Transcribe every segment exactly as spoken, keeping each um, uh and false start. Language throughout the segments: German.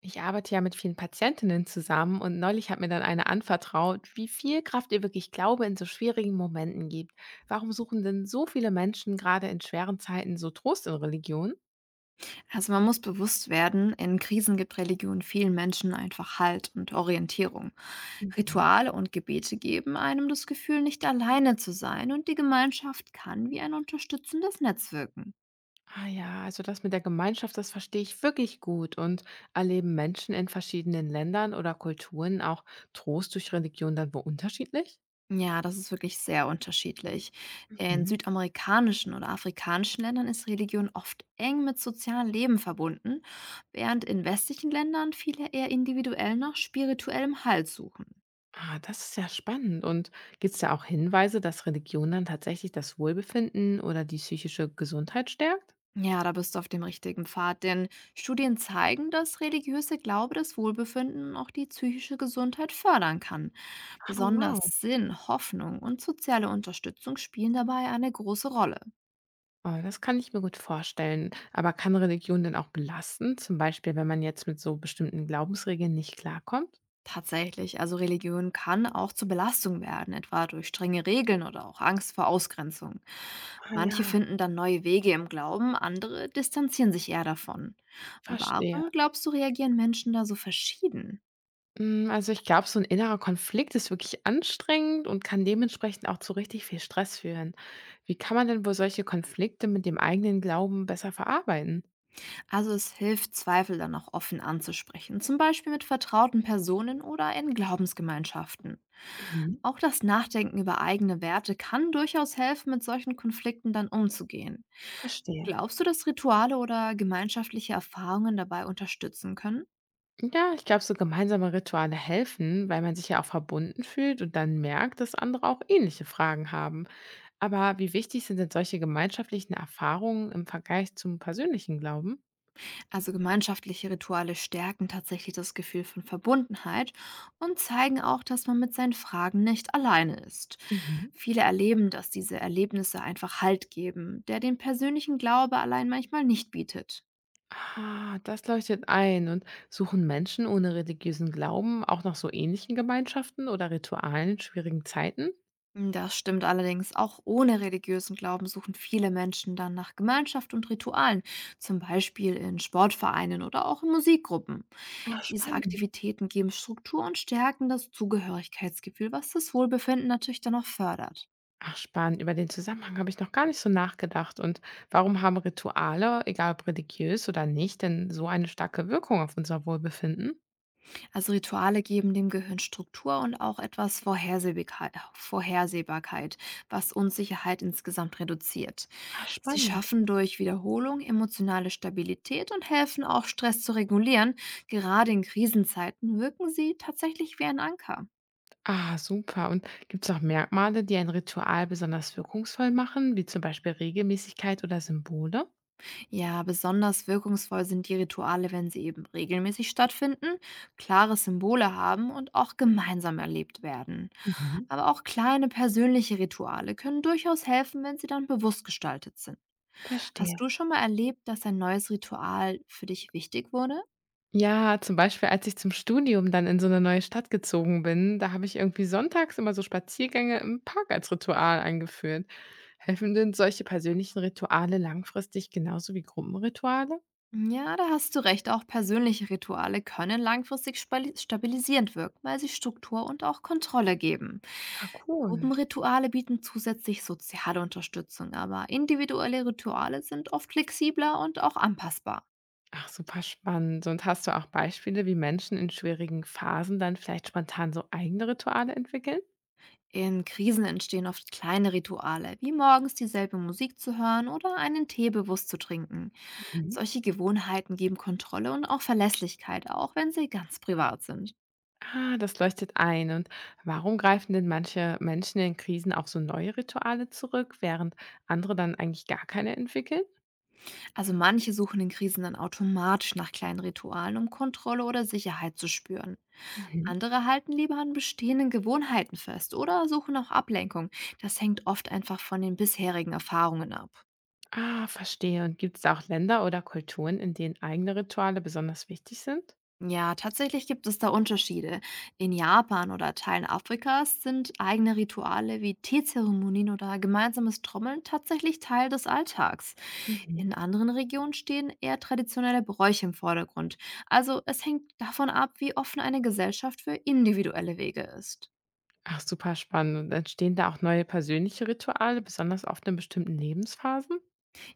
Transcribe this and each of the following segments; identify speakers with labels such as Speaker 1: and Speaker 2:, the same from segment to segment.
Speaker 1: Ich arbeite ja mit vielen Patientinnen zusammen und neulich hat mir dann eine anvertraut, wie viel Kraft ihr wirklich Glaube in so schwierigen Momenten gibt. Warum suchen denn so viele Menschen gerade in schweren Zeiten so Trost in Religion?
Speaker 2: Also man muss bewusst werden, in Krisen gibt Religion vielen Menschen einfach Halt und Orientierung.
Speaker 1: Mhm.
Speaker 2: Rituale und Gebete geben einem das Gefühl, nicht alleine zu sein und die Gemeinschaft kann wie ein unterstützendes Netz wirken.
Speaker 1: Ah ja, also das mit der Gemeinschaft, das verstehe ich wirklich gut. Und erleben Menschen in verschiedenen Ländern oder Kulturen auch Trost durch Religion dann wo unterschiedlich?
Speaker 2: Ja, das ist wirklich sehr unterschiedlich. In
Speaker 1: Mhm.
Speaker 2: südamerikanischen oder afrikanischen Ländern ist Religion oft eng mit sozialem Leben verbunden, während in westlichen Ländern viele eher individuell nach spirituellem Halt suchen.
Speaker 1: Ah, das ist ja spannend. Und gibt es da auch Hinweise, dass Religion dann tatsächlich das Wohlbefinden oder die psychische Gesundheit stärkt?
Speaker 2: Ja, da bist du auf dem richtigen Pfad, denn Studien zeigen, dass religiöse Glaube das Wohlbefinden und auch die psychische Gesundheit fördern kann.
Speaker 1: Oh
Speaker 2: Besonders
Speaker 1: wow.
Speaker 2: Sinn, Hoffnung und soziale Unterstützung spielen dabei eine große Rolle.
Speaker 1: Oh, das kann ich mir gut vorstellen. Aber kann Religion denn auch belasten? Zum Beispiel, wenn man jetzt mit so bestimmten Glaubensregeln nicht klarkommt?
Speaker 2: Tatsächlich, also Religion kann auch zur Belastung werden, etwa durch strenge Regeln oder auch Angst vor Ausgrenzung.
Speaker 1: Ah
Speaker 2: Manche
Speaker 1: ja,
Speaker 2: finden dann neue Wege im Glauben, andere distanzieren sich eher davon.
Speaker 1: verstehe.
Speaker 2: Warum glaubst du, reagieren Menschen da so verschieden?
Speaker 1: Mm, Also ich glaube, so ein innerer Konflikt ist wirklich anstrengend und kann dementsprechend auch zu richtig viel Stress führen. Wie kann man denn wohl solche Konflikte mit dem eigenen Glauben besser verarbeiten?
Speaker 2: Also es hilft, Zweifel dann auch offen anzusprechen, zum Beispiel mit vertrauten Personen oder in Glaubensgemeinschaften.
Speaker 1: Mhm.
Speaker 2: Auch das Nachdenken über eigene Werte kann durchaus helfen, mit solchen Konflikten dann umzugehen.
Speaker 1: Verstehe.
Speaker 2: Glaubst du, dass Rituale oder gemeinschaftliche Erfahrungen dabei unterstützen können?
Speaker 1: Ja, ich glaube, so gemeinsame Rituale helfen, weil man sich ja auch verbunden fühlt und dann merkt, dass andere auch ähnliche Fragen haben. Aber wie wichtig sind denn solche gemeinschaftlichen Erfahrungen im Vergleich zum persönlichen Glauben?
Speaker 2: Also gemeinschaftliche Rituale stärken tatsächlich das Gefühl von Verbundenheit und zeigen auch, dass man mit seinen Fragen nicht alleine ist.
Speaker 1: Mhm.
Speaker 2: Viele erleben, dass diese Erlebnisse einfach Halt geben, der den persönlichen Glaube allein manchmal nicht bietet.
Speaker 1: Ah, das leuchtet ein. Und suchen Menschen ohne religiösen Glauben auch nach so ähnlichen Gemeinschaften oder Ritualen in schwierigen Zeiten?
Speaker 2: Das stimmt allerdings, auch ohne religiösen Glauben suchen viele Menschen dann nach Gemeinschaft und Ritualen, zum Beispiel in Sportvereinen oder auch in Musikgruppen.
Speaker 1: Ach,
Speaker 2: Diese
Speaker 1: spannend.
Speaker 2: Aktivitäten geben Struktur und stärken das Zugehörigkeitsgefühl, was das Wohlbefinden natürlich dann auch fördert.
Speaker 1: Ach, spannend. Über den Zusammenhang habe ich noch gar nicht so nachgedacht. Und warum haben Rituale, egal ob religiös oder nicht, denn so eine starke Wirkung auf unser Wohlbefinden?
Speaker 2: Also Rituale geben dem Gehirn Struktur und auch etwas Vorhersehbarkeit, Vorhersehbarkeit, was Unsicherheit insgesamt reduziert.
Speaker 1: Ach,
Speaker 2: Sie
Speaker 1: spannend.
Speaker 2: schaffen durch Wiederholung emotionale Stabilität und helfen auch Stress zu regulieren. Gerade in Krisenzeiten wirken sie tatsächlich wie ein Anker.
Speaker 1: Ah, super. Und gibt's auch Merkmale, die ein Ritual besonders wirkungsvoll machen, wie zum Beispiel Regelmäßigkeit oder Symbole?
Speaker 2: Ja, besonders wirkungsvoll sind die Rituale, wenn sie eben regelmäßig stattfinden, klare Symbole haben und auch gemeinsam erlebt werden.
Speaker 1: Mhm.
Speaker 2: Aber auch kleine persönliche Rituale können durchaus helfen, wenn sie dann bewusst gestaltet sind. Hast
Speaker 1: Verstehe.
Speaker 2: du schon mal erlebt, dass ein neues Ritual für dich wichtig wurde?
Speaker 1: Ja, zum Beispiel, als ich zum Studium dann in so eine neue Stadt gezogen bin, da habe ich irgendwie sonntags immer so Spaziergänge im Park als Ritual eingeführt. Helfen denn solche persönlichen Rituale langfristig genauso wie Gruppenrituale?
Speaker 2: Ja, da hast du recht. Auch persönliche Rituale können langfristig spali- stabilisierend wirken, weil sie Struktur und auch Kontrolle geben.
Speaker 1: Ah, cool.
Speaker 2: Gruppenrituale bieten zusätzlich soziale Unterstützung, aber individuelle Rituale sind oft flexibler und auch anpassbar.
Speaker 1: Ach, super spannend. Und hast du auch Beispiele, wie Menschen in schwierigen Phasen dann vielleicht spontan so eigene Rituale entwickeln?
Speaker 2: In Krisen entstehen oft kleine Rituale, wie morgens dieselbe Musik zu hören oder einen Tee bewusst zu trinken.
Speaker 1: Mhm.
Speaker 2: Solche Gewohnheiten geben Kontrolle und auch Verlässlichkeit, auch wenn sie ganz privat sind.
Speaker 1: Ah, das leuchtet ein. Und warum greifen denn manche Menschen in Krisen auf so neue Rituale zurück, während andere dann eigentlich gar keine entwickeln?
Speaker 2: Also manche suchen in Krisen dann automatisch nach kleinen Ritualen, um Kontrolle oder Sicherheit zu spüren.
Speaker 1: Mhm.
Speaker 2: Andere halten lieber an bestehenden Gewohnheiten fest oder suchen auch Ablenkung. Das hängt oft einfach von den bisherigen Erfahrungen ab.
Speaker 1: Ah, verstehe. Und gibt es auch Länder oder Kulturen, in denen eigene Rituale besonders wichtig sind?
Speaker 2: Ja, tatsächlich gibt es da Unterschiede. In Japan oder Teilen Afrikas sind eigene Rituale wie Teezeremonien oder gemeinsames Trommeln tatsächlich Teil des Alltags.
Speaker 1: Mhm.
Speaker 2: In anderen Regionen stehen eher traditionelle Bräuche im Vordergrund. Also es hängt davon ab, wie offen eine Gesellschaft für individuelle Wege ist.
Speaker 1: Ach, super spannend. Und entstehen da auch neue persönliche Rituale, besonders oft in bestimmten Lebensphasen?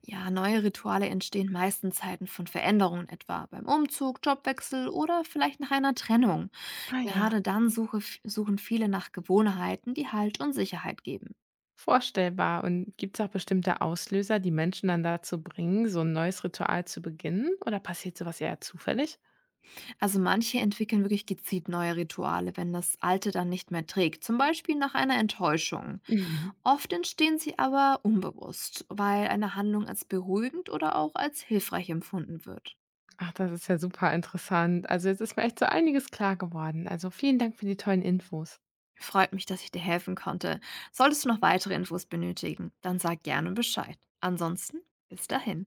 Speaker 2: Ja, neue Rituale entstehen meist in Zeiten von Veränderungen, etwa beim Umzug, Jobwechsel oder vielleicht nach einer Trennung.
Speaker 1: Ah ja.
Speaker 2: Gerade dann suche, suchen viele nach Gewohnheiten, die Halt und Sicherheit geben.
Speaker 1: Vorstellbar. Und gibt es auch bestimmte Auslöser, die Menschen dann dazu bringen, so ein neues Ritual zu beginnen? Oder passiert sowas eher zufällig?
Speaker 2: Also manche entwickeln wirklich gezielt neue Rituale, wenn das alte dann nicht mehr trägt, zum Beispiel nach einer Enttäuschung.
Speaker 1: Mhm.
Speaker 2: Oft entstehen sie aber unbewusst, weil eine Handlung als beruhigend oder auch als hilfreich empfunden wird.
Speaker 1: Ach, das ist ja super interessant. Also, jetzt ist mir echt so einiges klar geworden. Also, vielen Dank für die tollen Infos.
Speaker 2: Freut mich, dass ich dir helfen konnte. Solltest du noch weitere Infos benötigen, dann sag gerne Bescheid. Ansonsten, bis dahin.